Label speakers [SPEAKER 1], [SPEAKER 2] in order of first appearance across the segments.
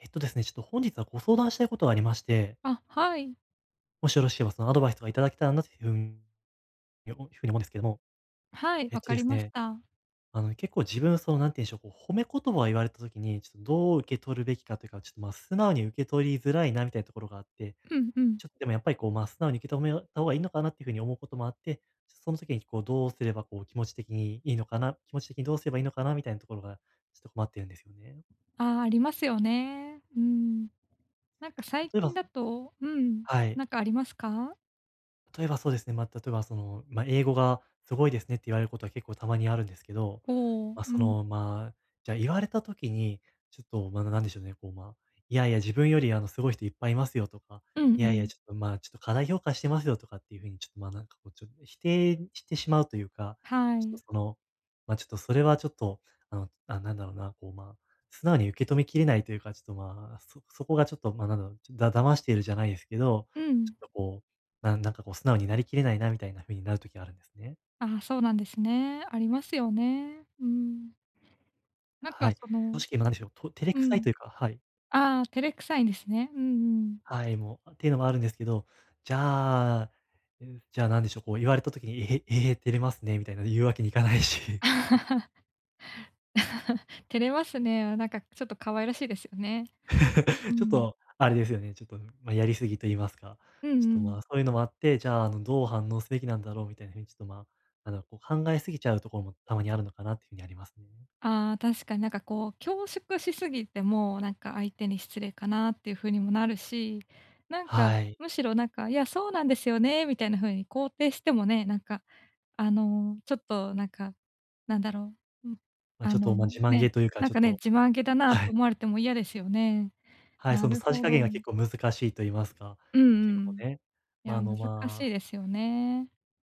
[SPEAKER 1] えっとですね、ちょっと本日はご相談したいことがありまして、
[SPEAKER 2] あ、はい。
[SPEAKER 1] もしよろしければそのアドバイスとかいただけたらなというふうに思うんですけども、
[SPEAKER 2] はい、
[SPEAKER 1] えっ
[SPEAKER 2] わ
[SPEAKER 1] と
[SPEAKER 2] か
[SPEAKER 1] で
[SPEAKER 2] り
[SPEAKER 1] す
[SPEAKER 2] まし
[SPEAKER 1] ね、
[SPEAKER 2] た。
[SPEAKER 1] あの結構自分、その、なんて言うんでしょう、こう褒め言葉を言われたときに、ちょっとどう受け取るべきかというか、ちょっとまあ素直に受け取りづらいなみたいなところがあって、
[SPEAKER 2] うんうん。
[SPEAKER 1] ちょっとでもやっぱりこう、まあ素直に受け止めた方がいいのかなっていうふうに思うこともあって、ちょっとその時にこう、どうすればこう、気持ち的にいいのかな、気持ち的にどうすればいいのかなみたいなところが、ちょっと困ってるんですよね。
[SPEAKER 2] ああ、ありますよね。うん。なんか最
[SPEAKER 1] 例え
[SPEAKER 2] 近
[SPEAKER 1] ば、
[SPEAKER 2] だとうん、
[SPEAKER 1] はい。
[SPEAKER 2] なんかありますか？
[SPEAKER 1] 例えばそうですね、まあ、例えばその、まあ、英語がすごいですねって言われることは結構たまにあるんですけど、
[SPEAKER 2] こう、
[SPEAKER 1] まあ、
[SPEAKER 2] う
[SPEAKER 1] そ
[SPEAKER 2] ん。
[SPEAKER 1] の、まあ、じゃあ言われた時に、ちょっと、まあ、なんでしょうね、こう、まあ、いやいや自分よりあのすごい人いっぱいいますよとか、
[SPEAKER 2] うんう
[SPEAKER 1] いやいや
[SPEAKER 2] ん。
[SPEAKER 1] ちょっと、まあ、ちょっと過大評価してますよとかっていう風にちょっと、まあ、なんかこうちょっと否定してしまうというか、
[SPEAKER 2] は
[SPEAKER 1] ちょ
[SPEAKER 2] い。
[SPEAKER 1] っとその、まあ、ちょっとそれはちょっと、あの、なんだろうな、こう、まあ、素直に受け止めきれないというか、ちょっと、まあ、そこがちょっと、まあ、なんだろう、ちょっと騙しているじゃないですけど、
[SPEAKER 2] う
[SPEAKER 1] ち
[SPEAKER 2] ん。
[SPEAKER 1] ょっとこうまあ、なんかこう素直になりきれないなみたいな風になる時があるんですね。
[SPEAKER 2] ああ、そうなんですね。ありますよね。うん。なんか
[SPEAKER 1] はい。
[SPEAKER 2] その
[SPEAKER 1] 正直、まあ、なんでしょう、と照れ
[SPEAKER 2] う
[SPEAKER 1] くさい
[SPEAKER 2] ん。
[SPEAKER 1] というか、はい。
[SPEAKER 2] ああ、照れくさいんですね。うんうん。
[SPEAKER 1] はい、もうっていうのもあるんですけど、じゃあ、じゃあ、なんでしょう、こう言われた時に、ええー、照れますねみたいな言うわけにいかないし、
[SPEAKER 2] 照れますね。なんかちょっと可愛らしいですよね。う
[SPEAKER 1] ちょっ
[SPEAKER 2] ん。
[SPEAKER 1] とあれですよね、ちょっと、まあ、やりすぎと言いますか、
[SPEAKER 2] うん
[SPEAKER 1] ちょっ
[SPEAKER 2] う
[SPEAKER 1] と、
[SPEAKER 2] ん。
[SPEAKER 1] まあ、そういうのもあって、じゃあ、あの、どう反応すべきなんだろうみたいな風にちょっと、まあ、あのこう考えすぎちゃうところもたまにあるのかなっていう風にありますね。
[SPEAKER 2] ああ、確かになんかこう、恐縮しすぎても、なんか相手に失礼かなっていう風にもなるし、なんか、
[SPEAKER 1] はい。
[SPEAKER 2] むしろなんか、いや、そうなんですよね、みたいな風に肯定してもね、なんか、あの、ちょっとなんか、なんだろう、うん、
[SPEAKER 1] まあ、
[SPEAKER 2] あ
[SPEAKER 1] ちょっと、
[SPEAKER 2] の、
[SPEAKER 1] まあ、自慢げ
[SPEAKER 2] ね、
[SPEAKER 1] というか、
[SPEAKER 2] なん
[SPEAKER 1] ちょっ
[SPEAKER 2] かね、
[SPEAKER 1] と
[SPEAKER 2] 自慢げだなって
[SPEAKER 1] はい。
[SPEAKER 2] 思われても嫌ですよね。
[SPEAKER 1] はい、
[SPEAKER 2] な
[SPEAKER 1] その
[SPEAKER 2] る
[SPEAKER 1] さじ
[SPEAKER 2] ほ
[SPEAKER 1] 加
[SPEAKER 2] ど。
[SPEAKER 1] 減が結構難しいと言いますか、
[SPEAKER 2] うん
[SPEAKER 1] 結
[SPEAKER 2] う
[SPEAKER 1] 構
[SPEAKER 2] ん。
[SPEAKER 1] ね、
[SPEAKER 2] い
[SPEAKER 1] まあ、
[SPEAKER 2] や、
[SPEAKER 1] あの、
[SPEAKER 2] 難し
[SPEAKER 1] ま
[SPEAKER 2] い
[SPEAKER 1] あ、
[SPEAKER 2] ですよね。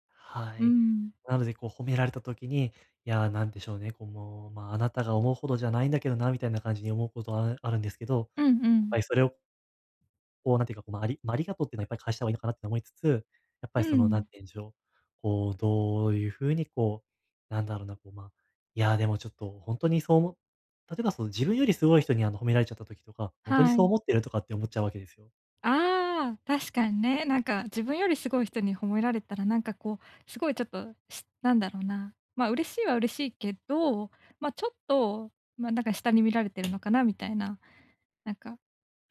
[SPEAKER 1] は
[SPEAKER 2] う
[SPEAKER 1] い。
[SPEAKER 2] ん。
[SPEAKER 1] なのでこう褒められた時に、いや、なんでしょうね、こうもう、まあ、あなたが思うほどじゃないんだけどな、みたいな感じに思うことはあるんですけど、
[SPEAKER 2] うんう
[SPEAKER 1] やっ
[SPEAKER 2] ん。
[SPEAKER 1] ぱりそれをこうなんていうか、こう、まあ、ありがとうっていうのはやっぱり返した方がいいのかなって思いつつ、やっ
[SPEAKER 2] う
[SPEAKER 1] ぱりそのなん
[SPEAKER 2] ん。
[SPEAKER 1] て言うんでしょう、こうどういう風にこう、なんだろうな、こう、まあ、いやでもちょっと本当にそう思も例えばその自分よりすごい人にあの褒められちゃった時とか、本当に
[SPEAKER 2] は
[SPEAKER 1] そう
[SPEAKER 2] い。
[SPEAKER 1] 思ってるとかって思っちゃうわけですよ。
[SPEAKER 2] ああ、確かにね。なんか自分よりすごい人に褒められたら、なんかこう、すごいちょっと、なんだろうな、まあ、嬉しいは嬉しいけど、ま、ちょっと、ま、なんか下に見られてるのかなみたいな、なんか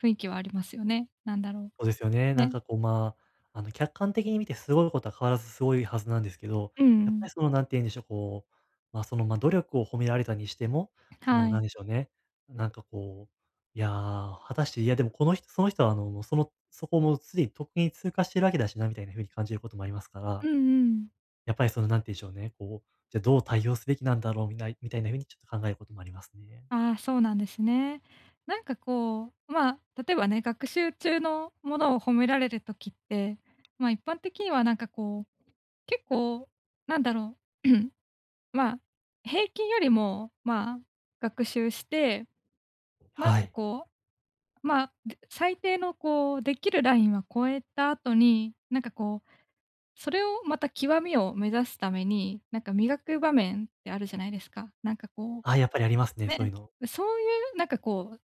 [SPEAKER 2] 雰囲気はありますよね。なんだろ
[SPEAKER 1] そうですよね。
[SPEAKER 2] う、
[SPEAKER 1] なん
[SPEAKER 2] ね、
[SPEAKER 1] かこう、まあ、あの、客観的に見てすごいことは変わらずすごいはずなんですけど、
[SPEAKER 2] う
[SPEAKER 1] やっぱり
[SPEAKER 2] ん、
[SPEAKER 1] その、なんて言うんでしょう、こう、まあ、その、まあ、努力を褒められたにしても、そ
[SPEAKER 2] は
[SPEAKER 1] の、なん
[SPEAKER 2] い。
[SPEAKER 1] でしょうね、なんかこう、いやー、果たして、いや、でもこのその人は、あの、もう、その、そこをもうすでにとっくに通過してるわけだしなみたいな風に感じることもありますか
[SPEAKER 2] う
[SPEAKER 1] ら、
[SPEAKER 2] んうん。
[SPEAKER 1] やっぱりその、なんて言うんでしょうね、こう、じゃ、どう対応すべきなんだろうみたいな風にちょっと考えることもありますね。
[SPEAKER 2] ああ、そうなんですね。なんかこう、まあ、例えばね、学習中のものを褒められるときって、まあ、一般的にはなんかこう、結構なんだろう まあ、平均よりも、まあ、学習して、なん
[SPEAKER 1] は
[SPEAKER 2] か
[SPEAKER 1] い。
[SPEAKER 2] こう、まあ、で最低のこう、できるラインは超えた後に、なんかこう、それをまた極みを目指すために、なんか磨く場面ってあるじゃないですか。なんかこ
[SPEAKER 1] ああ、やっぱりあります
[SPEAKER 2] う、
[SPEAKER 1] ね、そう
[SPEAKER 2] ね、
[SPEAKER 1] いうの。
[SPEAKER 2] そういうなんかこう、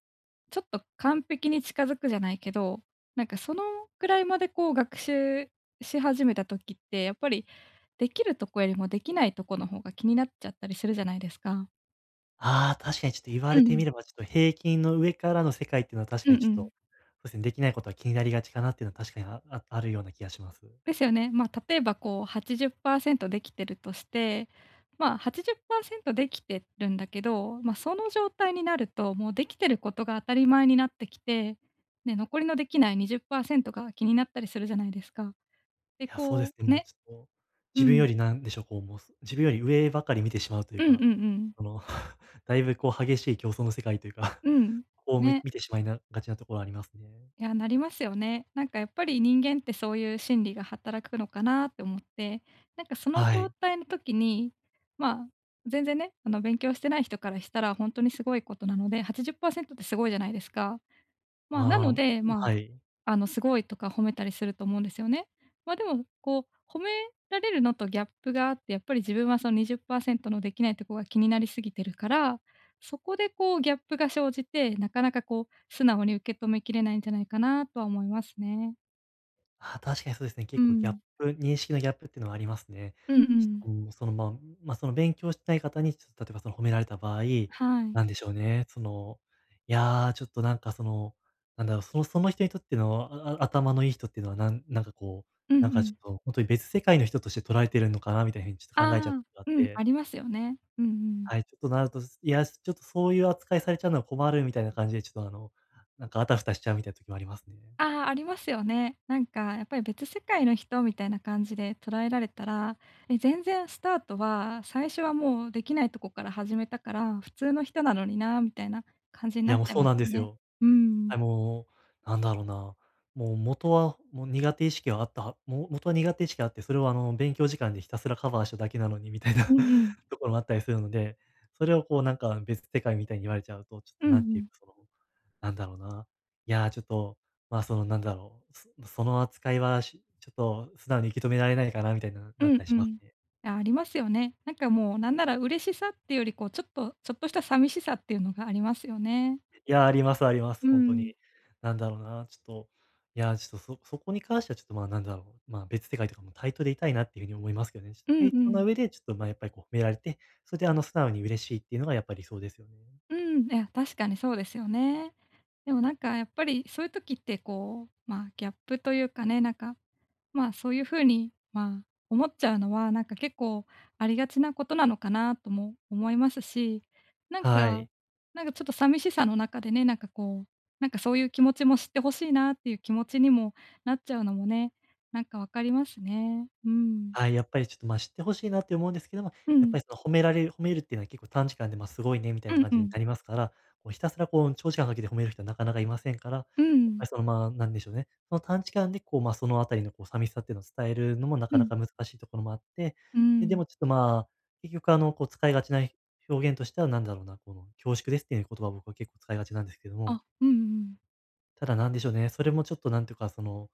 [SPEAKER 2] ちょっと完璧に近づくじゃないけど、なんかそのくらいまでこう学習し始めた時って、やっぱりできるとこよりもできないとこの方が気になっちゃったりするじゃないですか。
[SPEAKER 1] ああ、確かにちょっと言わ
[SPEAKER 2] う
[SPEAKER 1] れて
[SPEAKER 2] ん。
[SPEAKER 1] みれば、ちょっと平均の上からの世界っていうのは確
[SPEAKER 2] う
[SPEAKER 1] かに
[SPEAKER 2] ん
[SPEAKER 1] ち
[SPEAKER 2] う
[SPEAKER 1] ょっ
[SPEAKER 2] ん。
[SPEAKER 1] と、そうですね、できないことは気になりがちかなっていうのは確かにあるような気がします。
[SPEAKER 2] ですよね。まあ、例えばこう80%できてるとして、まあ、80%できてるんだけど、まあ、その状態になると、もうできてることが当たり前になってきて、ね、残りのできない20%が気になったりするじゃないですか。で、
[SPEAKER 1] いや、そうで
[SPEAKER 2] こ
[SPEAKER 1] すね、
[SPEAKER 2] う
[SPEAKER 1] もう
[SPEAKER 2] ね
[SPEAKER 1] ちょっと、
[SPEAKER 2] う
[SPEAKER 1] 自分よ
[SPEAKER 2] ん。
[SPEAKER 1] りなんでしょう、こう、もう、自分より上ばかり見てしまうとい
[SPEAKER 2] う
[SPEAKER 1] う
[SPEAKER 2] んうんう
[SPEAKER 1] か、
[SPEAKER 2] ん。
[SPEAKER 1] その、だいぶこう激しい競争の世界というか、
[SPEAKER 2] う ん。
[SPEAKER 1] こう見
[SPEAKER 2] ね。
[SPEAKER 1] 見てしまいながちなところありますね。
[SPEAKER 2] いや、なりますよね。なんかやっぱり人間ってそういう心理が働くのかなって思って、なんかその
[SPEAKER 1] は
[SPEAKER 2] 状
[SPEAKER 1] い。
[SPEAKER 2] 態の時に、まあ、全然ね、あの勉強してない人からしたら本当にすごいことなので、80%っパーセントってすごいじゃないですか。まあ、な
[SPEAKER 1] ま
[SPEAKER 2] の
[SPEAKER 1] あ、
[SPEAKER 2] で、まあ
[SPEAKER 1] はい。
[SPEAKER 2] すごいとか褒めたりすると思うんですよね。まあ、でも、こう、褒められるのとギャップがあって、やっぱり自分はその20%のできないとこが気になりすぎてるから、そこでこうギャップが生じて、なかなかこう素直に受け止めきれないんじゃないかなとは思いますね。
[SPEAKER 1] あ、確かにそうですね。
[SPEAKER 2] う
[SPEAKER 1] 結構ギャッ
[SPEAKER 2] ん。
[SPEAKER 1] プ認識のギャップっていうのはありますね。
[SPEAKER 2] うんう
[SPEAKER 1] ちょっ
[SPEAKER 2] ん。
[SPEAKER 1] と、うん、その、まあ、まあ、その勉強してない方に、ちょっと例えばその褒められた場合、
[SPEAKER 2] はい。
[SPEAKER 1] なんでしょうね、その、いやー、ちょっとなんかその、なんだろう、その人にとっての、ああ頭のいい人っていうのは、なんかこう、
[SPEAKER 2] うんう
[SPEAKER 1] なんかちょ
[SPEAKER 2] ん。
[SPEAKER 1] っと本当に別世界の人として捉えてるのかなみたいなふうにちょっ
[SPEAKER 2] あ
[SPEAKER 1] と考えちゃうこ
[SPEAKER 2] あ、
[SPEAKER 1] とがあっ
[SPEAKER 2] うん、あ
[SPEAKER 1] て、
[SPEAKER 2] りますよね。うんうん。
[SPEAKER 1] はい、ちょっとなると、いや、ちょっとそういう扱いされちゃうのは困るみたいな感じで、ちょっとあの、なんかあたふたしちゃうみたいな時もありますね。
[SPEAKER 2] ああ、ありますよね。なんかやっぱり別世界の人みたいな感じで捉えられたら、え、全然スタートは最初はもうできないとこから始めたから、普通の人なのになみたいな感じに
[SPEAKER 1] い
[SPEAKER 2] な
[SPEAKER 1] や、
[SPEAKER 2] っ
[SPEAKER 1] もう
[SPEAKER 2] ちゃい
[SPEAKER 1] そう
[SPEAKER 2] ます
[SPEAKER 1] なんです
[SPEAKER 2] ね。
[SPEAKER 1] よ。
[SPEAKER 2] うん。
[SPEAKER 1] はい、もう、なんだろうな、もう元は、もう苦手意識はあったはもう元は苦手意識があって、それをあの、勉強時間でひたすらカバーしただけなのにみたいな
[SPEAKER 2] うんうん。
[SPEAKER 1] ところもあったりするので、それをこうなんか別世界みたいに言われちゃうと、ちょっ
[SPEAKER 2] う
[SPEAKER 1] と
[SPEAKER 2] んう
[SPEAKER 1] なんていう
[SPEAKER 2] ん。
[SPEAKER 1] か、その、なんだろうな、いやー、ちょっと、まあ、そのなんだろう、その扱いはちょっと素直に受け止められないかなみたいな
[SPEAKER 2] う
[SPEAKER 1] なった
[SPEAKER 2] ん
[SPEAKER 1] り
[SPEAKER 2] う
[SPEAKER 1] します
[SPEAKER 2] ん。
[SPEAKER 1] ね。
[SPEAKER 2] あ、ありますよね。なんかもうなんなら嬉しさっていうより、こうちょっとちょっとした寂しさっていうのがありますよね。
[SPEAKER 1] いや、ありますあります、
[SPEAKER 2] う
[SPEAKER 1] 本当に。
[SPEAKER 2] ん。
[SPEAKER 1] なんだろうな、ちょっと、いや、ちょっとそこに関してはちょっと、まあ、なんだろう、まあ、別世界とかも対等でいたいなっていう風に思いますけどね。ちょっ
[SPEAKER 2] う
[SPEAKER 1] と
[SPEAKER 2] ん
[SPEAKER 1] 対
[SPEAKER 2] う
[SPEAKER 1] 等な
[SPEAKER 2] ん。
[SPEAKER 1] 上で、ちょっと、まあ、やっぱりこう褒められて、それであの素直に嬉しいっていうのがやっぱり理想ですよね。
[SPEAKER 2] うん、いや、確かにそうですよね。でもなんかやっぱりそういう時ってこう、まあ、ギャップというかね、なんか、まあ、そういう風に、まあ、思っちゃうのは、なんか結構ありがちなことなのかなとも思いますし、なん
[SPEAKER 1] は
[SPEAKER 2] か、
[SPEAKER 1] い。
[SPEAKER 2] なんかちょっと寂しさの中でね、なんかこう、なんかそういう気持ちも知ってほしいなっていう気持ちにもなっちゃうのもね、なんかわかりますね。うん。
[SPEAKER 1] はい、やっぱりちょっと、ま、知ってほしいなって思うんですけども、
[SPEAKER 2] う
[SPEAKER 1] やっ
[SPEAKER 2] ん。
[SPEAKER 1] ぱりその褒めるっていうのは結構短時間で、ま、すごいねみたい
[SPEAKER 2] う
[SPEAKER 1] な
[SPEAKER 2] ん
[SPEAKER 1] 感
[SPEAKER 2] う
[SPEAKER 1] じに
[SPEAKER 2] ん。
[SPEAKER 1] なりますから、こうひたすらこう長時間かけて褒める人はなかなかいませんから、やっ
[SPEAKER 2] うん。
[SPEAKER 1] ぱりその、まあ、なんでしょうね、その短時間でこう、ま、そのあたりのこう寂しさっていうのを伝えるのもな
[SPEAKER 2] う
[SPEAKER 1] かな
[SPEAKER 2] ん。
[SPEAKER 1] か難しいところもあって、
[SPEAKER 2] う
[SPEAKER 1] で、で
[SPEAKER 2] ん。
[SPEAKER 1] もちょっと、まあ、結局あの、こう使いがちな表現としては何だろうな、この恐縮ですっていう言葉を僕は結構使いがちなんですけども、
[SPEAKER 2] あ、うんうん。
[SPEAKER 1] ただなんでしょうね、それもちょっとなんていうかその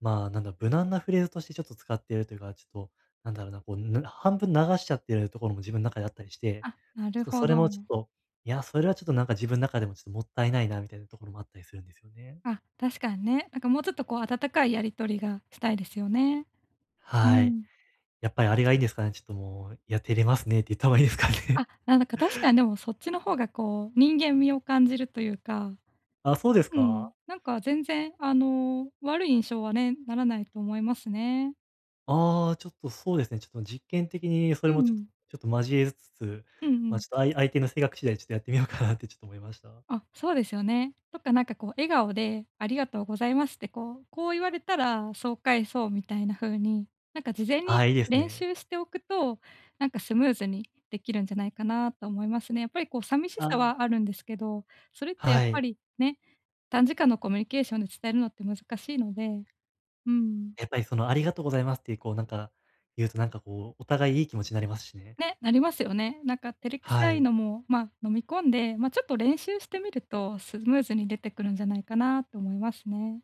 [SPEAKER 1] まあ、なんだ、無難なフレーズとしてちょっと使っているというか、ちょっと、なんだろうな、こう、半分流しちゃってるところも自分の中であったりして、
[SPEAKER 2] あ、な
[SPEAKER 1] ちょっ
[SPEAKER 2] る
[SPEAKER 1] と
[SPEAKER 2] ほ
[SPEAKER 1] それも
[SPEAKER 2] ど。
[SPEAKER 1] ちょっと、いや、それはちょっとなんか自分の中でもちょっともったいないなみたいなところもあったりするんですよね。
[SPEAKER 2] あ、確かにね。なんかもうちょっとこう温かいやり取りがしたいですよね。う
[SPEAKER 1] はい。
[SPEAKER 2] ん。
[SPEAKER 1] やっぱりあれがいいんですかね。ちょっともう、「や、照れますね」って言った方がいいですか
[SPEAKER 2] あ、
[SPEAKER 1] ね。
[SPEAKER 2] なんか確かにでもそっちの方がこう、人間味を感じるというか、
[SPEAKER 1] あ、そうです
[SPEAKER 2] うん、
[SPEAKER 1] か？
[SPEAKER 2] なんか全然あの、悪い印象はね、ならないと思いますね。
[SPEAKER 1] ああ、ちょっとそうですね、ちょっと実験的にそ
[SPEAKER 2] う
[SPEAKER 1] れもちょっと
[SPEAKER 2] ん、
[SPEAKER 1] 交えつつ、
[SPEAKER 2] うんう
[SPEAKER 1] ま、あ
[SPEAKER 2] ん。
[SPEAKER 1] ちょっと相手の性格次第ちょっとやってみようかなってちょっと思いました。
[SPEAKER 2] あ、そうですよね。とかなんかこう笑顔で「ありがとうございます」ってこう言われたらそう返そうみたいな風に、なんか事前
[SPEAKER 1] あ
[SPEAKER 2] に
[SPEAKER 1] あ、いいです
[SPEAKER 2] 練
[SPEAKER 1] ね。
[SPEAKER 2] 習しておくと、なんかスムーズにできるんじゃないかなと思いますね。やっぱりこう寂し
[SPEAKER 1] あ
[SPEAKER 2] さは
[SPEAKER 1] あ、
[SPEAKER 2] あるんですけど、それってやっ
[SPEAKER 1] は
[SPEAKER 2] ぱ
[SPEAKER 1] い。
[SPEAKER 2] りね、短時間のコミュニケーションで伝えるのって難しいので、うん。
[SPEAKER 1] やっぱりその、ありがとうございますっていう、こうなんか、言うとなんかこう、お互いいい気持ちになりますしね。
[SPEAKER 2] ね、なりますよね。なんか照れく
[SPEAKER 1] は
[SPEAKER 2] さい
[SPEAKER 1] い。
[SPEAKER 2] のも、まあ、飲み込んで、まあ、ちょっと練習してみるとスムーズに出てくるんじゃないかなと思いますね。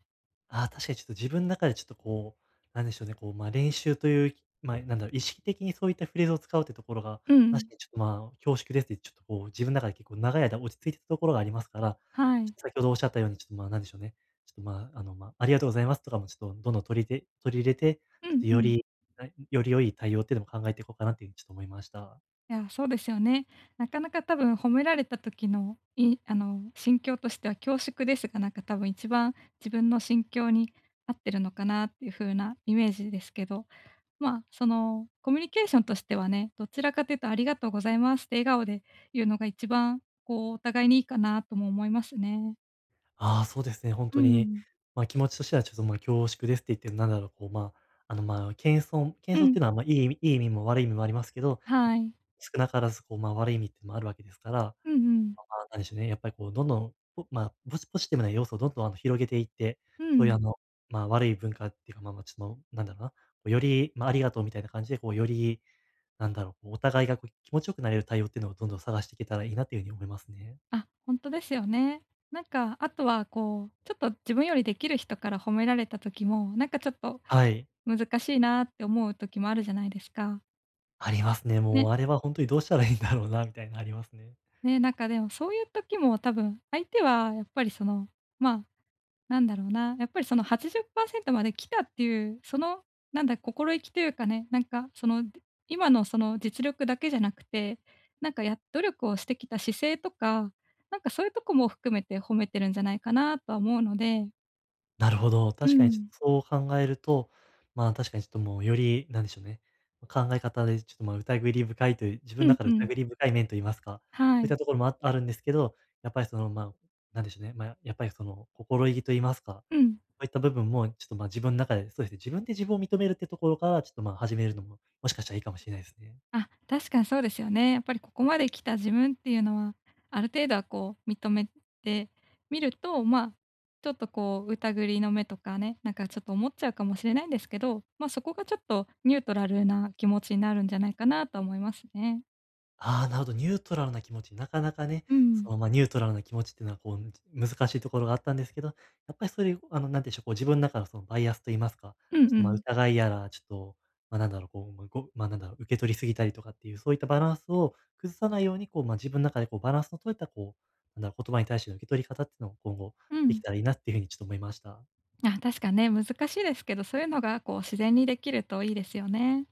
[SPEAKER 1] ああ、確かにちょっと自分の中でちょっとこう、なんでしょうね、こう、ま、練習という、まあ、なんだろう、意識的にそういったフレーズを使うってところが、
[SPEAKER 2] うん。
[SPEAKER 1] 確かにちょっとまあ、恐縮ですって、ちょっとこう、自分の中で結構長い間落ち着いてたところがありますから、
[SPEAKER 2] は
[SPEAKER 1] ちょっ
[SPEAKER 2] い。
[SPEAKER 1] と先ほどおっしゃったように、ちょっとまあ、なんでしょうね、ちょっとまあ、あの、まあ、ありがとうございますとかもちょっとどんどん取り入れて、ち
[SPEAKER 2] う
[SPEAKER 1] ょっ
[SPEAKER 2] ん
[SPEAKER 1] と
[SPEAKER 2] う
[SPEAKER 1] よ
[SPEAKER 2] ん。
[SPEAKER 1] り、より良い対応っていうのも考えていこうかなっていうふうにちょっと思いました。
[SPEAKER 2] いや、そうですよね。なかなか多分褒められた時の、あの、心境としては恐縮ですが、なんか多分一番自分の心境に合ってるのかなっていう風なイメージですけど、まあ、その、コミュニケーションとしてはね、どちらかというと「ありがとうございます」って笑顔で言うのが一番、こう、お互いにいいかなとも思いますね。
[SPEAKER 1] ああ、そうですね、本
[SPEAKER 2] う
[SPEAKER 1] 当に、
[SPEAKER 2] ん。
[SPEAKER 1] まあ、気持ちとしてはちょっと、ま、恐縮ですって言ってなんだろう、こう、まあ、あの、まあ、謙遜謙
[SPEAKER 2] う
[SPEAKER 1] 遜っ
[SPEAKER 2] ん。
[SPEAKER 1] ていうのは、まあ、いい意味も悪い意味もありますけど、
[SPEAKER 2] はい。
[SPEAKER 1] 少なからず、こう、まあ、悪い意味っていうのもあるわけですから、ま
[SPEAKER 2] うんうん。
[SPEAKER 1] あ、なんでしょうね、やっぱりこう、どんどん、ぽまあ、ポジポジティブな要素をどんどん、あの、広げていって、
[SPEAKER 2] う
[SPEAKER 1] そういう、
[SPEAKER 2] ん。
[SPEAKER 1] あの、まあ、悪い文化っていうか、まあま、ちょっと、なんだろうな、こう、より、まあ、ありがとうみたいな感じで、こう、より、なんだろう、こう、お互いが、こう、気持ちよくなれる対応っていうのをどんどん探していけたらいいなっていうふうに思いますね。
[SPEAKER 2] あ、本当ですよね。なんか、あとはこう、ちょっと自分よりできる人から褒められた時も、なんかちょっと
[SPEAKER 1] はい。
[SPEAKER 2] 難しいなって思う時もあるじゃないですか。
[SPEAKER 1] ありますね。
[SPEAKER 2] ね。
[SPEAKER 1] もうあれは本当にどうしたらいいんだろうなみたいなありますね。
[SPEAKER 2] ね、なんかでもそういう時も多分、相手はやっぱりその、まあ、なんだろうな、やっぱりその80%まで来たっていう、その、なんだ、心意気というかね、なんかその、今のその実力だけじゃなくて、なんか努力をしてきた姿勢とか、なんかそういうとこも含めて褒めてるんじゃないかなとは思うので
[SPEAKER 1] なるほど、
[SPEAKER 2] う
[SPEAKER 1] 確かにちょっ
[SPEAKER 2] ん。
[SPEAKER 1] とそう考えると、まあ、確かにちょっともうより、なんでしょうね、考え方でちょっと、ま、あ疑り深いという、自分の
[SPEAKER 2] うん
[SPEAKER 1] 中
[SPEAKER 2] う
[SPEAKER 1] で
[SPEAKER 2] ん。
[SPEAKER 1] 疑り深い面と言いますか、そ
[SPEAKER 2] は
[SPEAKER 1] ういっ
[SPEAKER 2] い。
[SPEAKER 1] たところもあるんですけど、やっぱりその、ま、あなんでしょうね、ま、やっぱりその心意気と言いますか、
[SPEAKER 2] うん。
[SPEAKER 1] そういった部分もちょっと、ま、あ自分の中で、そうですね、自分で自分を認めるってところからちょっと、ま、あ始めるのも、もしかしたらいいかもしれないですね。
[SPEAKER 2] あ、確かにそうですよね。やっぱりここまで来た自分っていうのは、ある程度はこう認めてみると、まあ、ちょっとこう疑りの目とかね、なんかちょっと思っちゃうかもしれないんですけど、まあ、そこがちょっとニュートラルな気持ちになるんじゃないかなと思いますね。
[SPEAKER 1] ああ、なるほど、ニュートラルな気持ち、なかなかね、
[SPEAKER 2] うん。
[SPEAKER 1] その、まあ、ニュートラルな気持ちっていうのはこう、難しいところがあったんですけど、やっぱりそれあの、なんていうんでしょう、こう自分の中のそのバイアスと言いますか、
[SPEAKER 2] うん
[SPEAKER 1] ちょっ
[SPEAKER 2] う
[SPEAKER 1] と、まあ、
[SPEAKER 2] ん。
[SPEAKER 1] 疑いやら、ちょっと、まあ、なんだろう、こう、ま、ごまあ、なんだろう、受け取りすぎたりとかっていう、そういったバランスを崩さないように、こう、まあ、自分の中でこうバランスの取れたこう、なんだろう、言葉に対しての受け取り方っていうのを今後
[SPEAKER 2] う
[SPEAKER 1] でき
[SPEAKER 2] ん。
[SPEAKER 1] たらいいなっていうふうにちょっと思いました。
[SPEAKER 2] あ、確かね、難しいですけど、そういうのがこう自然にできるといいですよね。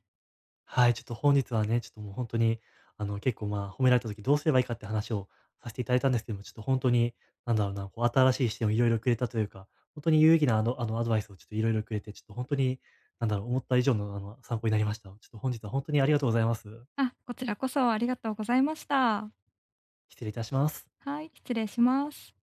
[SPEAKER 1] はい、ちょっと本日はね、ちょっともう本当に、あの、結構、まあ、褒められた時どうすればいいかって話をさせていただいたんですけども、ちょっと本当に、なんだろうな、こう新しい視点をいろいろくれたというか、本当に有意義なあの、アドバイスをちょっといろいろくれて、ちょっと本当に、なんだろう、思った以上のあの、参考になりました。ちょっと本日は本当にありがとうございます。
[SPEAKER 2] あ、こちらこそありがとうございました。
[SPEAKER 1] 失礼いたします。
[SPEAKER 2] はい、失礼します。